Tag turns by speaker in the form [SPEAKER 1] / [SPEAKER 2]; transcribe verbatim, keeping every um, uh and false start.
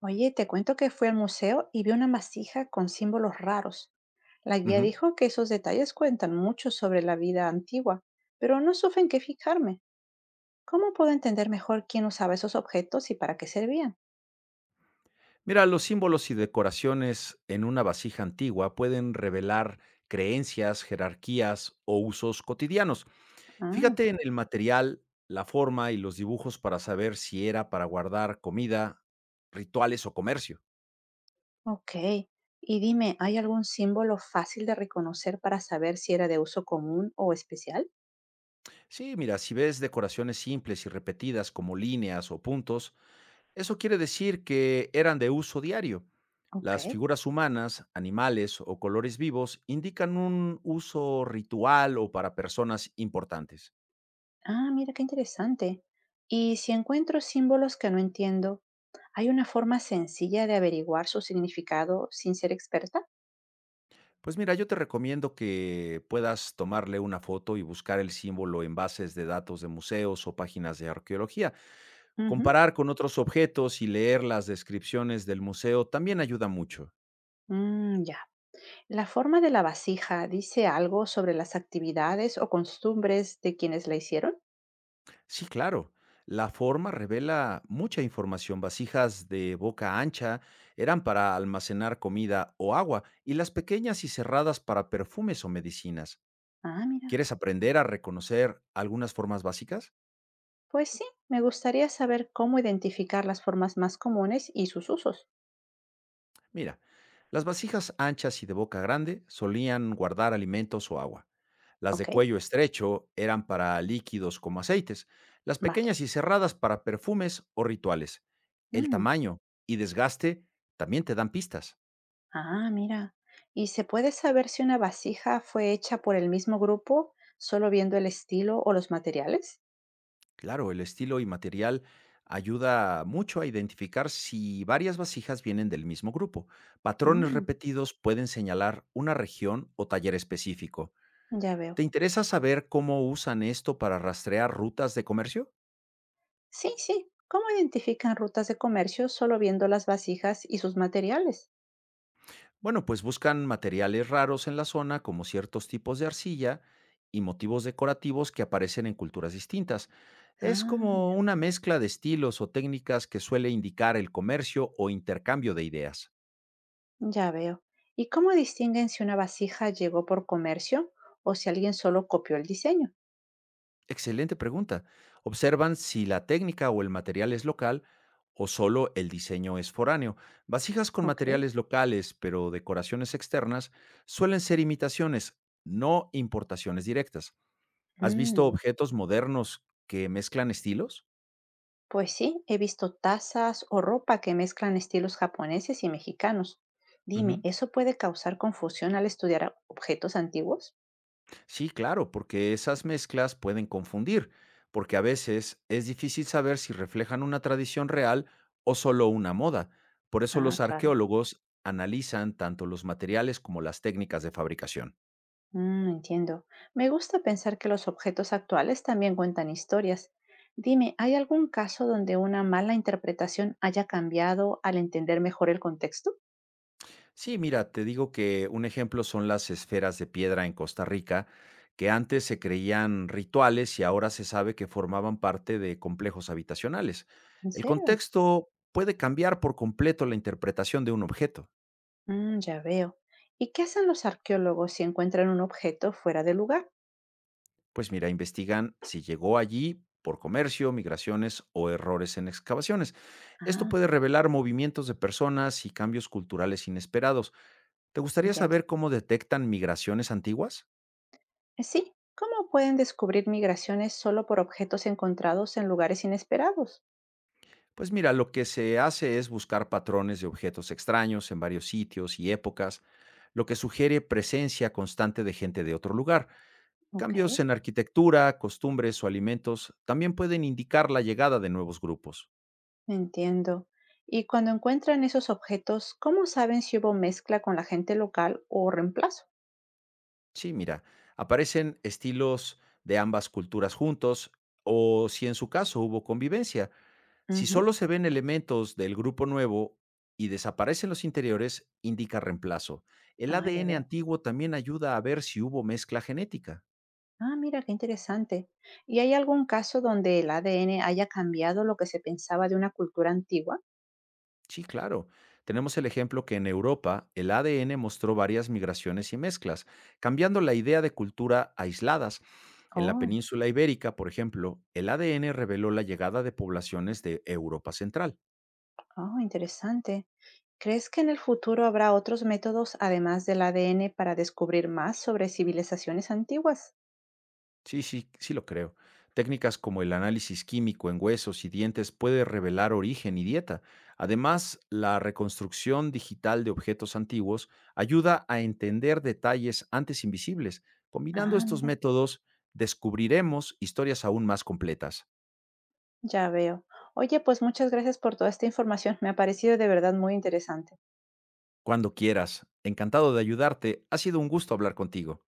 [SPEAKER 1] Oye, te cuento que fui al museo y vi una masija con símbolos raros. La guía
[SPEAKER 2] Ujú.
[SPEAKER 1] dijo que esos detalles cuentan mucho sobre la vida antigua, pero no supe en qué fijarme. ¿Cómo puedo entender mejor quién usaba esos objetos y para qué servían?
[SPEAKER 2] Mira, los símbolos y decoraciones en una vasija antigua pueden revelar creencias, jerarquías o usos cotidianos.
[SPEAKER 1] Ah,
[SPEAKER 2] Fíjate en el material, la forma y los dibujos para saber si era para guardar comida, rituales o comercio.
[SPEAKER 1] ok. Y dime, ¿hay algún símbolo fácil de reconocer para saber si era de uso común o especial?
[SPEAKER 2] Sí, mira, si ves decoraciones simples y repetidas como líneas o puntos, eso quiere decir que eran de uso diario.
[SPEAKER 1] Ok.
[SPEAKER 2] Las figuras humanas, animales o colores vivos indican un uso ritual o para personas importantes.
[SPEAKER 1] Ah, mira qué interesante. Y si encuentro símbolos que no entiendo, ¿hay una forma sencilla de averiguar su significado sin ser experta?
[SPEAKER 2] Pues mira, yo te recomiendo que puedas tomarle una foto y buscar el símbolo en bases de datos de museos o páginas de arqueología.
[SPEAKER 1] Ujú.
[SPEAKER 2] Comparar con otros objetos y leer las descripciones del museo también ayuda mucho.
[SPEAKER 1] Mm, ya. ¿La forma de la vasija dice algo sobre las actividades o costumbres de quienes la hicieron?
[SPEAKER 2] Sí, claro. La forma revela mucha información. Vasijas de boca ancha eran para almacenar comida o agua y las pequeñas y cerradas para perfumes o medicinas.
[SPEAKER 1] Ah, mira.
[SPEAKER 2] ¿Quieres aprender a reconocer algunas formas básicas?
[SPEAKER 1] Pues sí, me gustaría saber cómo identificar las formas más comunes y sus usos.
[SPEAKER 2] Mira, las vasijas anchas y de boca grande solían guardar alimentos o agua. Las de
[SPEAKER 1] Ok,
[SPEAKER 2] cuello estrecho eran para líquidos como aceites. Las
[SPEAKER 1] vale.
[SPEAKER 2] pequeñas y cerradas para perfumes o rituales. El
[SPEAKER 1] Mm.
[SPEAKER 2] tamaño y desgaste también te dan pistas.
[SPEAKER 1] Ah, mira. ¿Y se puede saber si una vasija fue hecha por el mismo grupo, solo viendo el estilo o los materiales?
[SPEAKER 2] Claro, el estilo y material ayuda mucho a identificar si varias vasijas vienen del mismo grupo. Patrones
[SPEAKER 1] Mm,
[SPEAKER 2] repetidos pueden señalar una región o taller específico.
[SPEAKER 1] ya veo.
[SPEAKER 2] ¿Te interesa saber cómo usan esto para rastrear rutas de comercio?
[SPEAKER 1] Sí, sí. ¿Cómo identifican rutas de comercio solo viendo las vasijas y sus materiales?
[SPEAKER 2] Bueno, pues buscan materiales raros en la zona como ciertos tipos de arcilla y motivos decorativos que aparecen en culturas distintas. Es
[SPEAKER 1] Ah,
[SPEAKER 2] como
[SPEAKER 1] mira.
[SPEAKER 2] una mezcla de estilos o técnicas que suele indicar el comercio o intercambio de ideas.
[SPEAKER 1] Ya veo. ¿Y cómo distinguen si una vasija llegó por comercio o si alguien solo copió el diseño?
[SPEAKER 2] Excelente pregunta. Observan si la técnica o el material es local o solo el diseño es foráneo. Vasijas con
[SPEAKER 1] Ok.
[SPEAKER 2] materiales locales, pero decoraciones externas, suelen ser imitaciones, no importaciones directas. ¿Has visto
[SPEAKER 1] Mm.
[SPEAKER 2] objetos modernos que mezclan estilos?
[SPEAKER 1] Pues sí, he visto tazas o ropa que mezclan estilos japoneses y mexicanos. Dime,
[SPEAKER 2] Ujú.
[SPEAKER 1] ¿eso puede causar confusión al estudiar a- objetos antiguos?
[SPEAKER 2] Sí, claro, porque esas mezclas pueden confundir, porque a veces es difícil saber si reflejan una tradición real o solo una moda. Por eso
[SPEAKER 1] Ah,
[SPEAKER 2] los
[SPEAKER 1] claro.
[SPEAKER 2] arqueólogos analizan tanto los materiales como las técnicas de fabricación.
[SPEAKER 1] Mm, entiendo. Me gusta pensar que los objetos actuales también cuentan historias. Dime, ¿hay algún caso donde una mala interpretación haya cambiado al entender mejor el contexto?
[SPEAKER 2] Sí, mira, te digo que un ejemplo son las esferas de piedra en Costa Rica, que antes se creían rituales y ahora se sabe que formaban parte de complejos habitacionales.
[SPEAKER 1] ¿En
[SPEAKER 2] El
[SPEAKER 1] serio?
[SPEAKER 2] contexto puede cambiar por completo la interpretación de un objeto.
[SPEAKER 1] Mm, ya veo. ¿Y qué hacen los arqueólogos si encuentran un objeto fuera de lugar?
[SPEAKER 2] Pues mira, investigan si llegó allí por comercio, migraciones o errores en excavaciones. Esto
[SPEAKER 1] Ah,
[SPEAKER 2] puede revelar movimientos de personas y cambios culturales inesperados. ¿Te gustaría
[SPEAKER 1] entiendo.
[SPEAKER 2] saber cómo detectan migraciones antiguas?
[SPEAKER 1] Eh, Sí, ¿cómo pueden descubrir migraciones solo por objetos encontrados en lugares inesperados?
[SPEAKER 2] Pues mira, lo que se hace es buscar patrones de objetos extraños en varios sitios y épocas, lo que sugiere presencia constante de gente de otro lugar.
[SPEAKER 1] Ok,
[SPEAKER 2] Cambios en arquitectura, costumbres o alimentos también pueden indicar la llegada de nuevos grupos.
[SPEAKER 1] entiendo. Y cuando encuentran esos objetos, ¿cómo saben si hubo mezcla con la gente local o reemplazo?
[SPEAKER 2] Sí, mira, aparecen estilos de ambas culturas juntos o si en su caso hubo convivencia. Si
[SPEAKER 1] Ujú.
[SPEAKER 2] solo se ven elementos del grupo nuevo y desaparecen los interiores, indica reemplazo. El
[SPEAKER 1] Ah, ya
[SPEAKER 2] A D N
[SPEAKER 1] veo.
[SPEAKER 2] antiguo también ayuda a ver si hubo mezcla genética.
[SPEAKER 1] Ah, mira, qué interesante. ¿Y hay algún caso donde el A D N haya cambiado lo que se pensaba de una cultura antigua?
[SPEAKER 2] Sí, claro. Tenemos el ejemplo que en Europa el A D N mostró varias migraciones y mezclas, cambiando la idea de cultura aisladas. En la
[SPEAKER 1] Oh,
[SPEAKER 2] península ibérica, por ejemplo, el A D N reveló la llegada de poblaciones de Europa Central.
[SPEAKER 1] oh, interesante. ¿Crees que en el futuro habrá otros métodos además del A D N para descubrir más sobre civilizaciones antiguas?
[SPEAKER 2] Sí, sí, sí lo creo. Técnicas como el análisis químico en huesos y dientes puede revelar origen y dieta. Además, la reconstrucción digital de objetos antiguos ayuda a entender detalles antes invisibles. Combinando
[SPEAKER 1] Ah,
[SPEAKER 2] estos
[SPEAKER 1] mira,
[SPEAKER 2] métodos, descubriremos historias aún más completas.
[SPEAKER 1] ya veo. Oye, pues muchas gracias por toda esta información. Me ha parecido de verdad muy interesante.
[SPEAKER 2] Cuando quieras. Encantado de ayudarte. Ha sido un gusto hablar contigo.